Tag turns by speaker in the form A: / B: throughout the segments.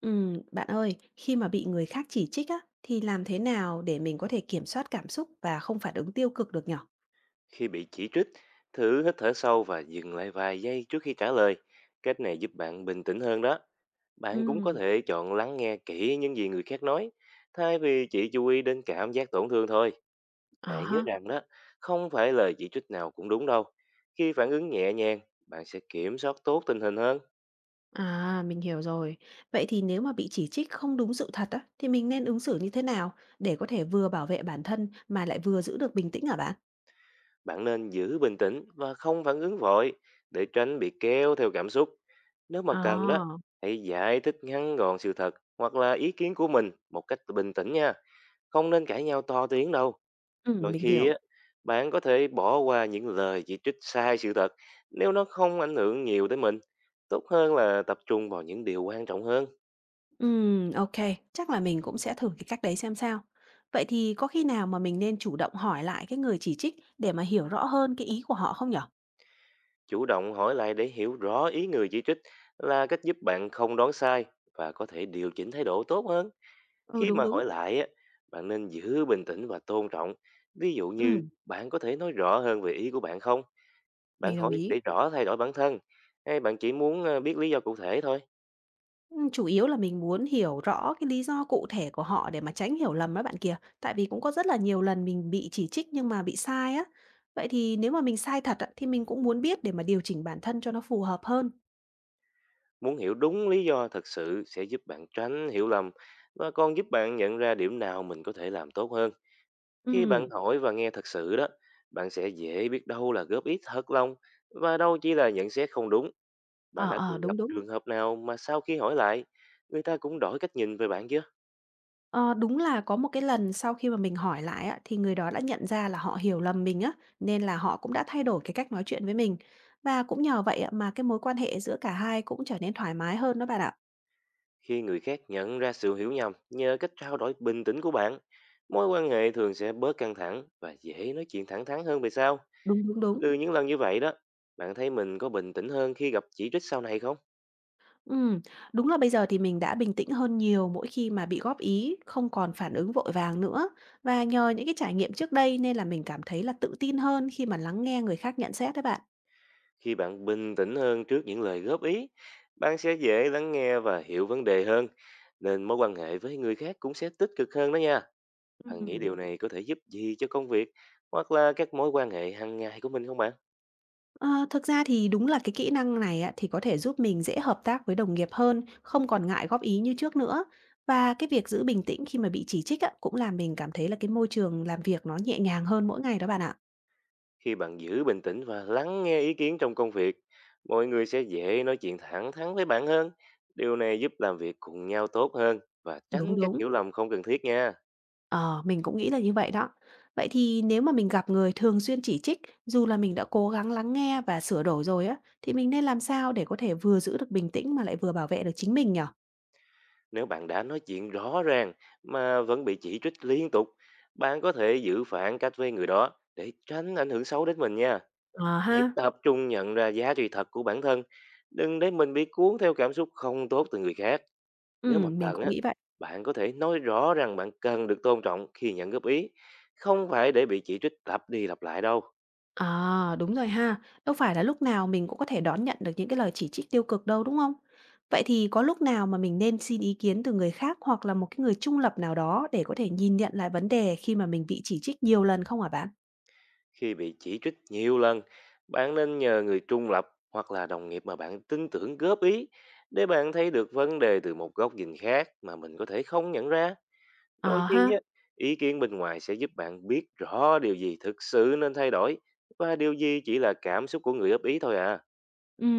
A: Bạn ơi, khi mà bị người khác chỉ trích á, thì làm thế nào để mình có thể kiểm soát cảm xúc và không phản ứng tiêu cực được nhở?
B: Khi bị chỉ trích, thử hít thở sâu và dừng lại vài giây trước khi trả lời. Cách này giúp bạn bình tĩnh hơn đó. Bạn cũng có
A: Ừm,
B: thể chọn lắng nghe kỹ những gì người khác nói, thay vì chỉ chú ý đến cảm giác tổn thương thôi.
A: à
B: Hãy nhớ
A: ha,
B: rằng đó, không phải lời chỉ trích nào cũng đúng đâu. Khi phản ứng nhẹ nhàng, bạn sẽ kiểm soát tốt tình hình hơn.
A: à mình hiểu rồi. Vậy thì nếu mà bị chỉ trích không đúng sự thật á, thì mình nên ứng xử như thế nào để có thể vừa bảo vệ bản thân mà lại vừa giữ được bình tĩnh hả bạn?
B: Bạn nên giữ bình tĩnh và không phản ứng vội để tránh bị kéo theo cảm xúc. Nếu mà cần đó,
A: À,
B: hãy giải thích ngắn gọn sự thật hoặc là ý kiến của mình một cách bình tĩnh nha. Không nên cãi nhau to tiếng đâu.
A: ừm,
B: Đôi
A: mình
B: khi
A: hiểu.
B: á, bạn có thể bỏ qua những lời chỉ trích sai sự thật nếu nó không ảnh hưởng nhiều tới mình. Tốt hơn là tập trung vào những điều quan trọng hơn.
A: Ok, chắc là mình cũng sẽ thử cái cách đấy xem sao. Vậy thì có khi nào mà mình nên chủ động hỏi lại cái người chỉ trích để mà hiểu rõ hơn cái ý của họ không nhở?
B: Chủ động hỏi lại để hiểu rõ ý người chỉ trích là cách giúp bạn không đoán sai và có thể điều chỉnh thái độ tốt hơn.
A: Ừ,
B: Khi
A: đúng
B: mà
A: đúng.
B: hỏi lại á, bạn nên giữ bình tĩnh và tôn trọng. Ví dụ như
A: Ừ.
B: bạn có thể nói rõ hơn về ý của bạn không?
A: Mình
B: Bạn
A: đồng
B: hỏi
A: ý.
B: để rõ thay đổi bản thân hay bạn chỉ muốn biết lý do cụ thể thôi?
A: Chủ yếu là mình muốn hiểu rõ cái lý do cụ thể của họ để mà tránh hiểu lầm á bạn kia. Tại vì cũng có rất là nhiều lần mình bị chỉ trích nhưng mà bị sai á. Vậy thì nếu mà mình sai thật á, thì mình cũng muốn biết để mà điều chỉnh bản thân cho nó phù hợp hơn.
B: Muốn hiểu đúng lý do thật sự sẽ giúp bạn tránh hiểu lầm và còn giúp bạn nhận ra điểm nào mình có thể làm tốt hơn. Khi
A: Ừ,
B: bạn hỏi và nghe thật sự đó, bạn sẽ dễ biết đâu là góp ý thật lòng và đâu chỉ là nhận xét không đúng. Bạn
A: ờ,
B: đã từng
A: ờ, đúng,
B: gặp
A: đúng.
B: trường hợp nào mà sau khi hỏi lại, người ta cũng đổi cách nhìn về bạn chưa?
A: Ờ, đúng là có một cái lần sau khi mà mình hỏi lại á, thì người đó đã nhận ra là họ hiểu lầm mình á, nên là họ cũng đã thay đổi cái cách nói chuyện với mình. Và cũng nhờ vậy á, mà cái mối quan hệ giữa cả hai cũng trở nên thoải mái hơn đó bạn ạ.
B: Khi người khác nhận ra sự hiểu nhầm nhờ cách trao đổi bình tĩnh của bạn, mối quan hệ thường sẽ bớt căng thẳng và dễ nói chuyện thẳng thắn hơn về sau.
A: Đúng, đúng, đúng.
B: Từ những lần như vậy đó, bạn thấy mình có bình tĩnh hơn khi gặp chỉ trích sau này không?
A: Ừm, đúng là bây giờ thì mình đã bình tĩnh hơn nhiều mỗi khi mà bị góp ý, không còn phản ứng vội vàng nữa. Và nhờ những cái trải nghiệm trước đây nên là mình cảm thấy là tự tin hơn khi mà lắng nghe người khác nhận xét đấy bạn.
B: Khi bạn bình tĩnh hơn trước những lời góp ý, bạn sẽ dễ lắng nghe và hiểu vấn đề hơn, nên mối quan hệ với người khác cũng sẽ tích cực hơn đó nha. Bạn nghĩ
A: Ừm.
B: điều này có thể giúp gì cho công việc hoặc là các mối quan hệ hàng ngày của mình không bạn?
A: Ờ, thực ra thì đúng là cái kỹ năng này á, thì có thể giúp mình dễ hợp tác với đồng nghiệp hơn, không còn ngại góp ý như trước nữa. Và cái việc giữ bình tĩnh khi mà bị chỉ trích á, cũng làm mình cảm thấy là cái môi trường làm việc nó nhẹ nhàng hơn mỗi ngày đó bạn ạ.
B: Khi bạn giữ bình tĩnh và lắng nghe ý kiến trong công việc, mọi người sẽ dễ nói chuyện thẳng thắn với bạn hơn. Điều này giúp làm việc cùng nhau tốt hơn và
A: Đúng
B: tránh các
A: đúng.
B: hiểu lầm không cần thiết nha.
A: Ờ, mình cũng nghĩ là như vậy đó. Vậy thì nếu mà mình gặp người thường xuyên chỉ trích, dù là mình đã cố gắng lắng nghe và sửa đổi rồi á, thì mình nên làm sao để có thể vừa giữ được bình tĩnh mà lại vừa bảo vệ được chính mình nhở?
B: Nếu bạn đã nói chuyện rõ ràng mà vẫn bị chỉ trích liên tục, bạn có thể giữ phản cách với người đó để tránh ảnh hưởng xấu đến mình nha.
A: Ờ
B: Hãy
A: ha,
B: tập trung nhận ra giá trị thật của bản thân, đừng để mình bị cuốn theo cảm xúc không tốt từ người khác. Nếu mà
A: mình
B: cần
A: cũng
B: á,
A: nghĩ vậy.
B: bạn có thể nói rõ rằng bạn cần được tôn trọng khi nhận góp ý, không phải để bị chỉ trích lặp đi lặp lại đâu.
A: À đúng rồi ha. Đâu phải là lúc nào mình cũng có thể đón nhận được những cái lời chỉ trích tiêu cực đâu, đúng không? Vậy thì có lúc nào mà mình nên xin ý kiến từ người khác hoặc là một cái người trung lập nào đó để có thể nhìn nhận lại vấn đề khi mà mình bị chỉ trích nhiều lần không hả bạn?
B: Khi bị chỉ trích nhiều lần, bạn nên nhờ người trung lập hoặc là đồng nghiệp mà bạn tin tưởng góp ý để bạn thấy được vấn đề từ một góc nhìn khác mà mình có thể không nhận ra. Đôi
A: Ờ
B: khi
A: ha,
B: á, ý kiến bên ngoài sẽ giúp bạn biết rõ điều gì thực sự nên thay đổi và điều gì chỉ là cảm xúc của người góp ý thôi à.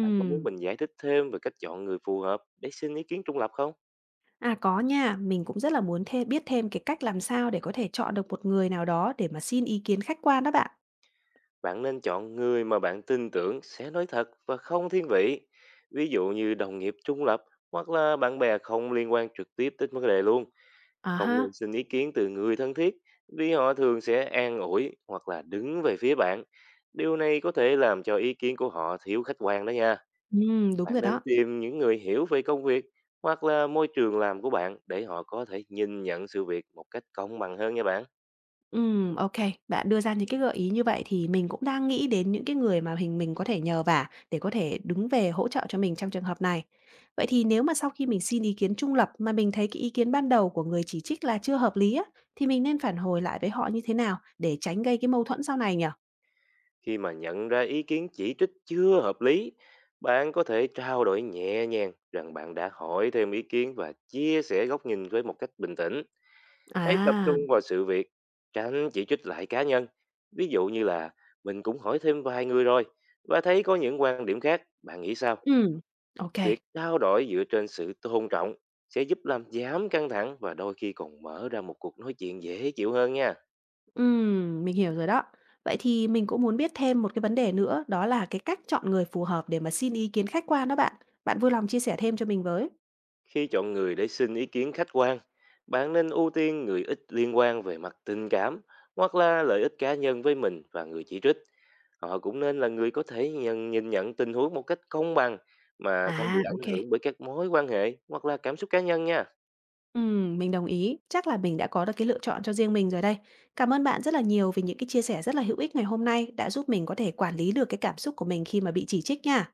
B: Bạn có muốn mình giải thích thêm về cách chọn người phù hợp để xin ý kiến trung lập không?
A: À, có nha, mình cũng rất là muốn thêm biết thêm cái cách làm sao để có thể chọn được một người nào đó để mà xin ý kiến khách quan đó bạn.
B: Bạn nên chọn người mà bạn tin tưởng sẽ nói thật và không thiên vị. Ví dụ như đồng nghiệp trung lập hoặc là bạn bè không liên quan trực tiếp tới vấn đề luôn.
A: À
B: Không
A: ha,
B: nên xin ý kiến từ người thân thiết vì họ thường sẽ an ủi hoặc là đứng về phía bạn. Điều này có thể làm cho ý kiến của họ thiếu khách quan đó nha.
A: đúng
B: Bạn
A: rồi
B: nên
A: đó.
B: tìm những người hiểu về công việc hoặc là môi trường làm của bạn để họ có thể nhìn nhận sự việc một cách công bằng hơn nha bạn.
A: OK, bạn đưa ra những cái gợi ý như vậy thì mình cũng đang nghĩ đến những cái người mà hình mình có thể nhờ vả để có thể đứng về hỗ trợ cho mình trong trường hợp này. Vậy thì nếu mà sau khi mình xin ý kiến trung lập mà mình thấy cái ý kiến ban đầu của người chỉ trích là chưa hợp lý á, thì mình nên phản hồi lại với họ như thế nào để tránh gây cái mâu thuẫn sau này nhỉ?
B: Khi mà nhận ra ý kiến chỉ trích chưa hợp lý, bạn có thể trao đổi nhẹ nhàng rằng bạn đã hỏi thêm ý kiến và chia sẻ góc nhìn với một cách bình tĩnh. Hãy tập
A: À,
B: trung vào sự việc, tránh chỉ trích lại cá nhân. Ví dụ như là mình cũng hỏi thêm vài người rồi và thấy có những quan điểm khác, bạn nghĩ sao?
A: ừm, OK.
B: Việc trao đổi dựa trên sự tôn trọng sẽ giúp làm giảm căng thẳng và đôi khi còn mở ra một cuộc nói chuyện dễ chịu hơn nha.
A: Mình hiểu rồi đó. Vậy thì mình cũng muốn biết thêm một cái vấn đề nữa, đó là cái cách chọn người phù hợp để mà xin ý kiến khách quan đó bạn. Bạn vui lòng chia sẻ thêm cho mình với.
B: Khi chọn người để xin ý kiến khách quan, bạn nên ưu tiên người ít liên quan về mặt tình cảm hoặc là lợi ích cá nhân với mình và người chỉ trích. Họ cũng nên là người có thể nhìn nhận tình huống một cách công bằng mà không
A: À,
B: bị ảnh
A: ok.
B: hưởng bởi các mối quan hệ hoặc là cảm xúc cá nhân nha.
A: Mình đồng ý. Chắc là mình đã có được cái lựa chọn cho riêng mình rồi đây. Cảm ơn bạn rất là nhiều vì những cái chia sẻ rất là hữu ích ngày hôm nay đã giúp mình có thể quản lý được cái cảm xúc của mình khi mà bị chỉ trích nha.